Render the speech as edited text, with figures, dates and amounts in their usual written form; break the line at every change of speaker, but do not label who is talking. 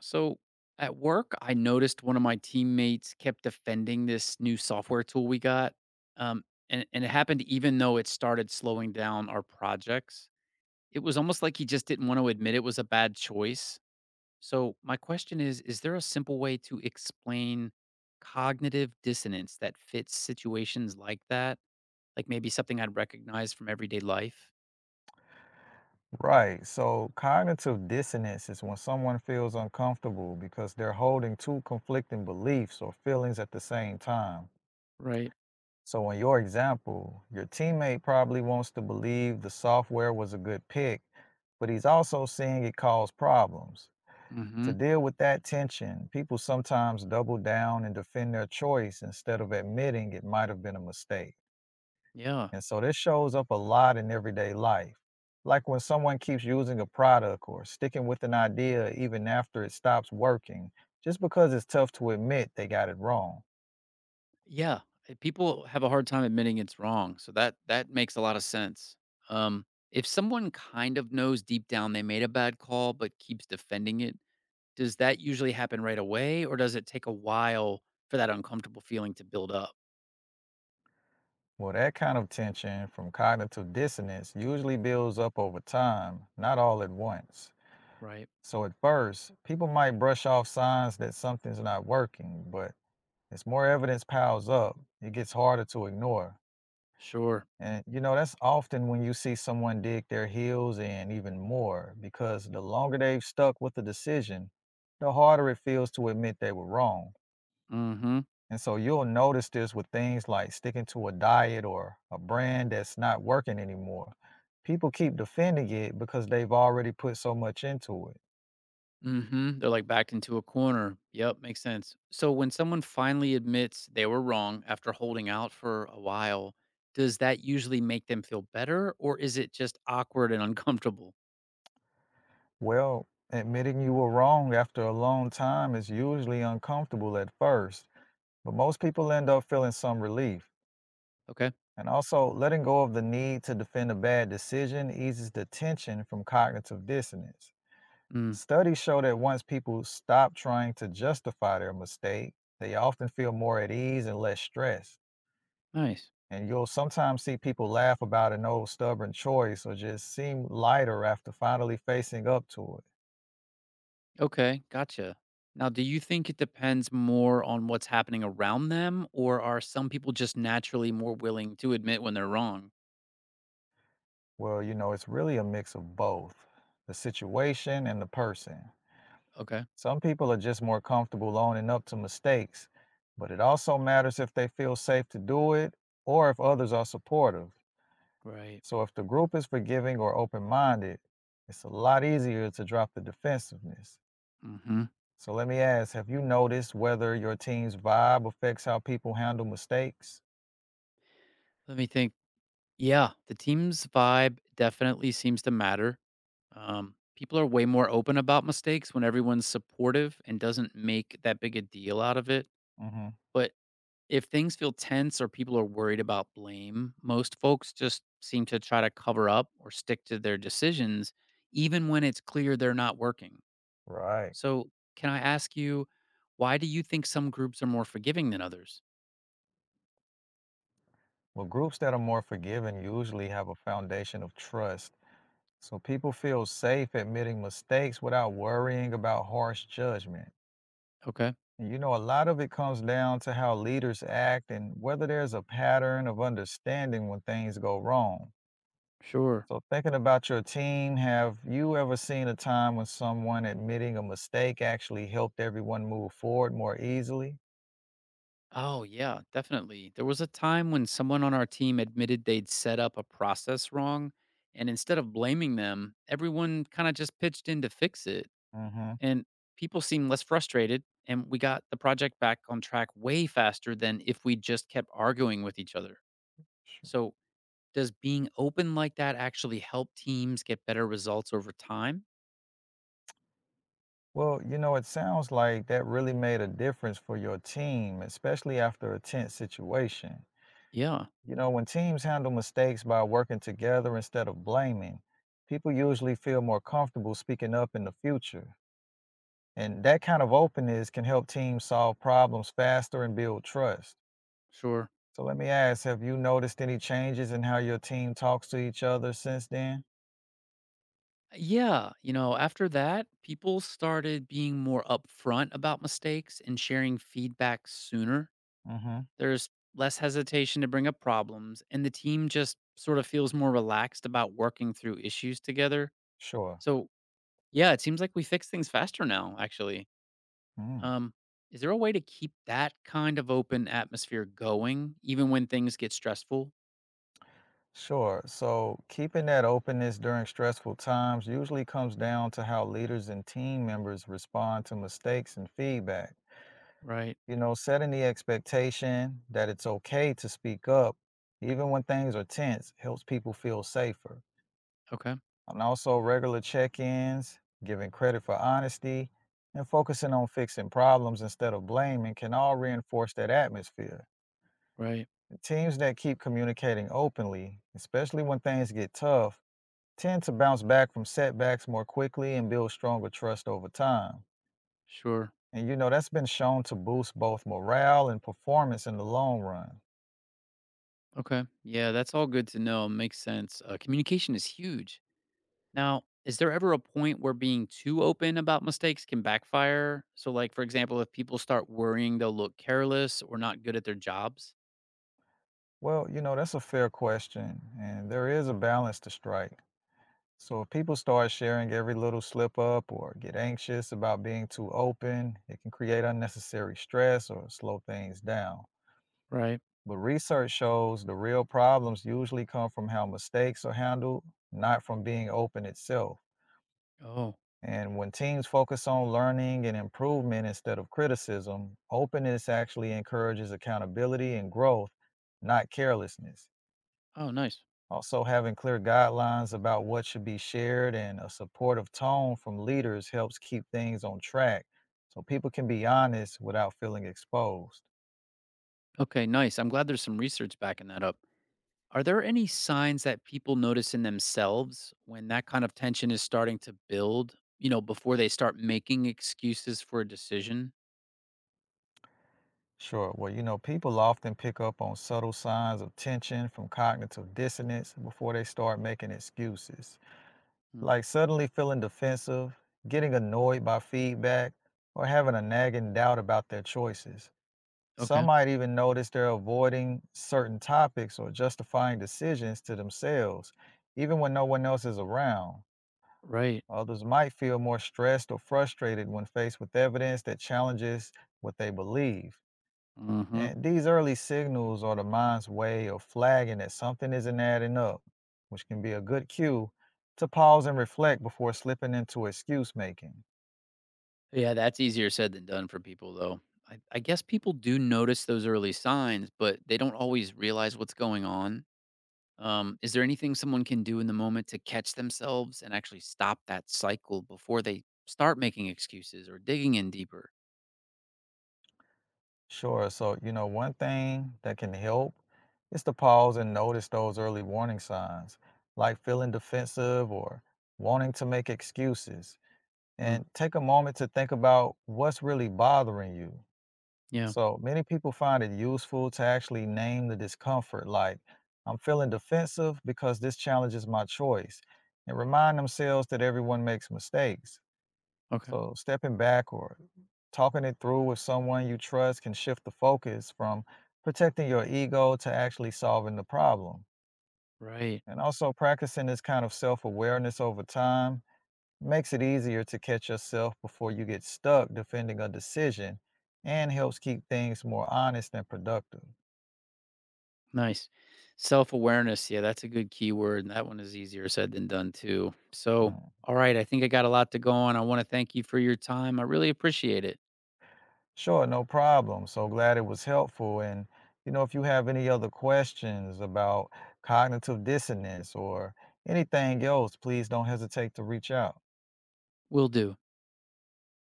So at work, I noticed one of my teammates kept defending this new software tool we got. Um, and it happened even though it started slowing down our projects. It was almost like he just didn't want to admit it was a bad choice. So, my question is there a simple way to explain cognitive dissonance that fits situations like that? Like maybe something I'd recognize from everyday life?
Right. So cognitive dissonance is when someone feels uncomfortable because they're holding two conflicting beliefs or feelings at the same time.
Right.
So, in your example, your teammate probably wants to believe the software was a good pick, but he's also seeing it cause problems.
Mm hmm.
To deal with that tension, people sometimes double down and defend their choice instead of admitting it might have been a mistake.
Yeah.
And so this shows up a lot in everyday life. Like when someone keeps using a product or sticking with an idea even after it stops working, just because it's tough to admit they got it wrong.
Yeah, people have a hard time admitting it's wrong, so that makes a lot of sense. Um, if someone kind of knows deep down they made a bad call but keeps defending it, does that usually happen right away, or does it take a while for that uncomfortable feeling to build up?
Well, that kind of tension from cognitive dissonance usually builds up over time, not all at once.
Right.
So, at first, people might brush off signs that something's not working, but as more evidence piles up, it gets harder to ignore.
Sure.
And, you know, that's often when you see someone dig their heels in even more, because the longer they've stuck with a decision, the harder it feels to admit they were wrong.
Mm-hmm.
And so you'll notice this with things like sticking to a diet or a brand that's not working anymore. People keep defending it because they've already put so much into it.
Mm-hmm. They're like backed into a corner. Yep, makes sense. So when someone finally admits they were wrong after holding out for a while, does that usually make them feel better, or is it just awkward and uncomfortable?
Well, admitting you were wrong after a long time is usually uncomfortable at first, but most people end up feeling some relief.
Okay.
And also, letting go of the need to defend a bad decision eases the tension from cognitive dissonance.
Mm,
Studies show that once people stop trying to justify their mistake, they often feel more at ease and less stressed.
nice.
And you'll sometimes see people laugh about an old stubborn choice or just seem lighter after finally facing up to it.
Okay. Gotcha. Now, do you think it depends more on what's happening around them, or are some people just naturally more willing to admit when they're wrong?
Well, you know, it's really a mix of both the situation and the person.
Okay.
Some people are just more comfortable owning up to mistakes, but it also matters if they feel safe to do it or if others are supportive.
Right.
So if the group is forgiving or open minded, it's a lot easier to drop the defensiveness.
Hmm.
So let me ask, have you noticed whether your team's vibe affects how people handle mistakes?
Let me think. Yeah. The team's vibe definitely seems to matter. People are way more open about mistakes when everyone's supportive and doesn't make that big a deal out of it.
Hmm.
But if things feel tense or people are worried about blame, most folks just seem to try to cover up or stick to their decisions, even when it's clear they're not working.
Right.
So, can I ask you, why do you think some groups are more forgiving than others?
Well, groups that are more forgiving usually have a foundation of trust. So people feel safe admitting mistakes without worrying about harsh judgment.
Okay,
And, you know, a lot of it comes down to how leaders act and whether there's a pattern of understanding when things go wrong.
sure.
So, thinking about your team, have you ever seen a time when someone admitting a mistake actually helped everyone move forward more easily?
Oh, yeah, definitely. There was a time when someone on our team admitted they'd set up a process wrong. And instead of blaming them, everyone kind of just pitched in to fix it.
Hmm.
And people seemed less frustrated, and we got the project back on track way faster than if we just kept arguing with each other.
Sure.
So does being open like that actually help teams get better results over time?
Well, you know, it sounds like that really made a difference for your team, especially after a tense situation.
Yeah.
You know, when teams handle mistakes by working together instead of blaming, people usually feel more comfortable speaking up in the future. And that kind of openness can help teams solve problems faster and build trust.
Sure.
So let me ask, have you noticed any changes in how your team talks to each other since then?
Yeah, you know, after that people started being more upfront about mistakes and sharing feedback sooner.
Mm-hmm.
There's less hesitation to bring up problems, and the team just sort of feels more relaxed about working through issues together.
Sure.
So yeah, it seems like we fix things faster now, actually.
Mm.
Um, is there a way to keep that kind of open atmosphere going even when things get stressful?
Sure. So keeping that openness during stressful times usually comes down to how leaders and team members respond to mistakes and feedback.
Right.
You know, setting the expectation that it's okay to speak up, even when things are tense, helps people feel safer.
Okay.
And also regular check-ins, giving credit for honesty, and focusing on fixing problems instead of blaming can all reinforce that atmosphere.
Right.
Teams that keep communicating openly, especially when things get tough, tend to bounce back from setbacks more quickly and build stronger trust over time.
Sure.
And you know, that's been shown to boost both morale and performance in the long run.
Okay. Yeah, that's all good to know. Makes sense. Communication is huge. Now, is there ever a point where being too open about mistakes can backfire? So, like, for example, if people start worrying they'll look careless or not good at their jobs?
Well, you know, that's a fair question, and there is a balance to strike. So if people start sharing every little slip up or get anxious about being too open, it can create unnecessary stress or slow things down.
Right.
But research shows the real problems usually come from how mistakes are handled, not from being open itself.
Oh,
And when teams focus on learning and improvement instead of criticism, openness actually encourages accountability and growth, not carelessness.
oh, nice.
Also, having clear guidelines about what should be shared and a supportive tone from leaders helps keep things on track so people can be honest without feeling exposed.
Okay, nice. I'm glad there's some research backing that up. Are there any signs that people notice in themselves when that kind of tension is starting to build, you know, before they start making excuses for a decision?
Sure. Well, you know, people often pick up on subtle signs of tension from cognitive dissonance before they start making excuses,
Hmm.
like suddenly feeling defensive, getting annoyed by feedback, or having a nagging doubt about their choices. Some
Okay.
might even notice they're avoiding certain topics or justifying decisions to themselves, even when no one else is around.
Right.
Others might feel more stressed or frustrated when faced with evidence that challenges what they believe.
Hmm.
And these early signals are the mind's way of flagging that something isn't adding up, which can be a good cue to pause and reflect before slipping into excuse making.
Yeah, that's easier said than done for people, though. I guess people do notice those early signs, but they don't always realize what's going on. Is there anything someone can do in the moment to catch themselves and actually stop that cycle before they start making excuses or digging in deeper?
Sure, so you know, one thing that can help is to pause and notice those early warning signs, like feeling defensive or wanting to make excuses,
Hmm,
and take a moment to think about what's really bothering you.
yeah.
So many people find it useful to actually name the discomfort, like, I'm feeling defensive because this challenges my choice, and remind themselves that everyone makes mistakes.
Okay.
So stepping back or talking it through with someone you trust can shift the focus from protecting your ego to actually solving the problem.
Right.
And also practicing this kind of self awareness over time makes it easier to catch yourself before you get stuck defending a decision and helps keep things more honest and productive.
Nice. Self-awareness, yeah, that's a good keyword, and that one is easier said than done too. So,
Mm.
all right, I think I got a lot to go on. I wanna thank you for your time. I really appreciate it.
Sure, no problem. So glad it was helpful. And, you know, if you have any other questions about cognitive dissonance or anything else, please don't hesitate to reach out.
Will do.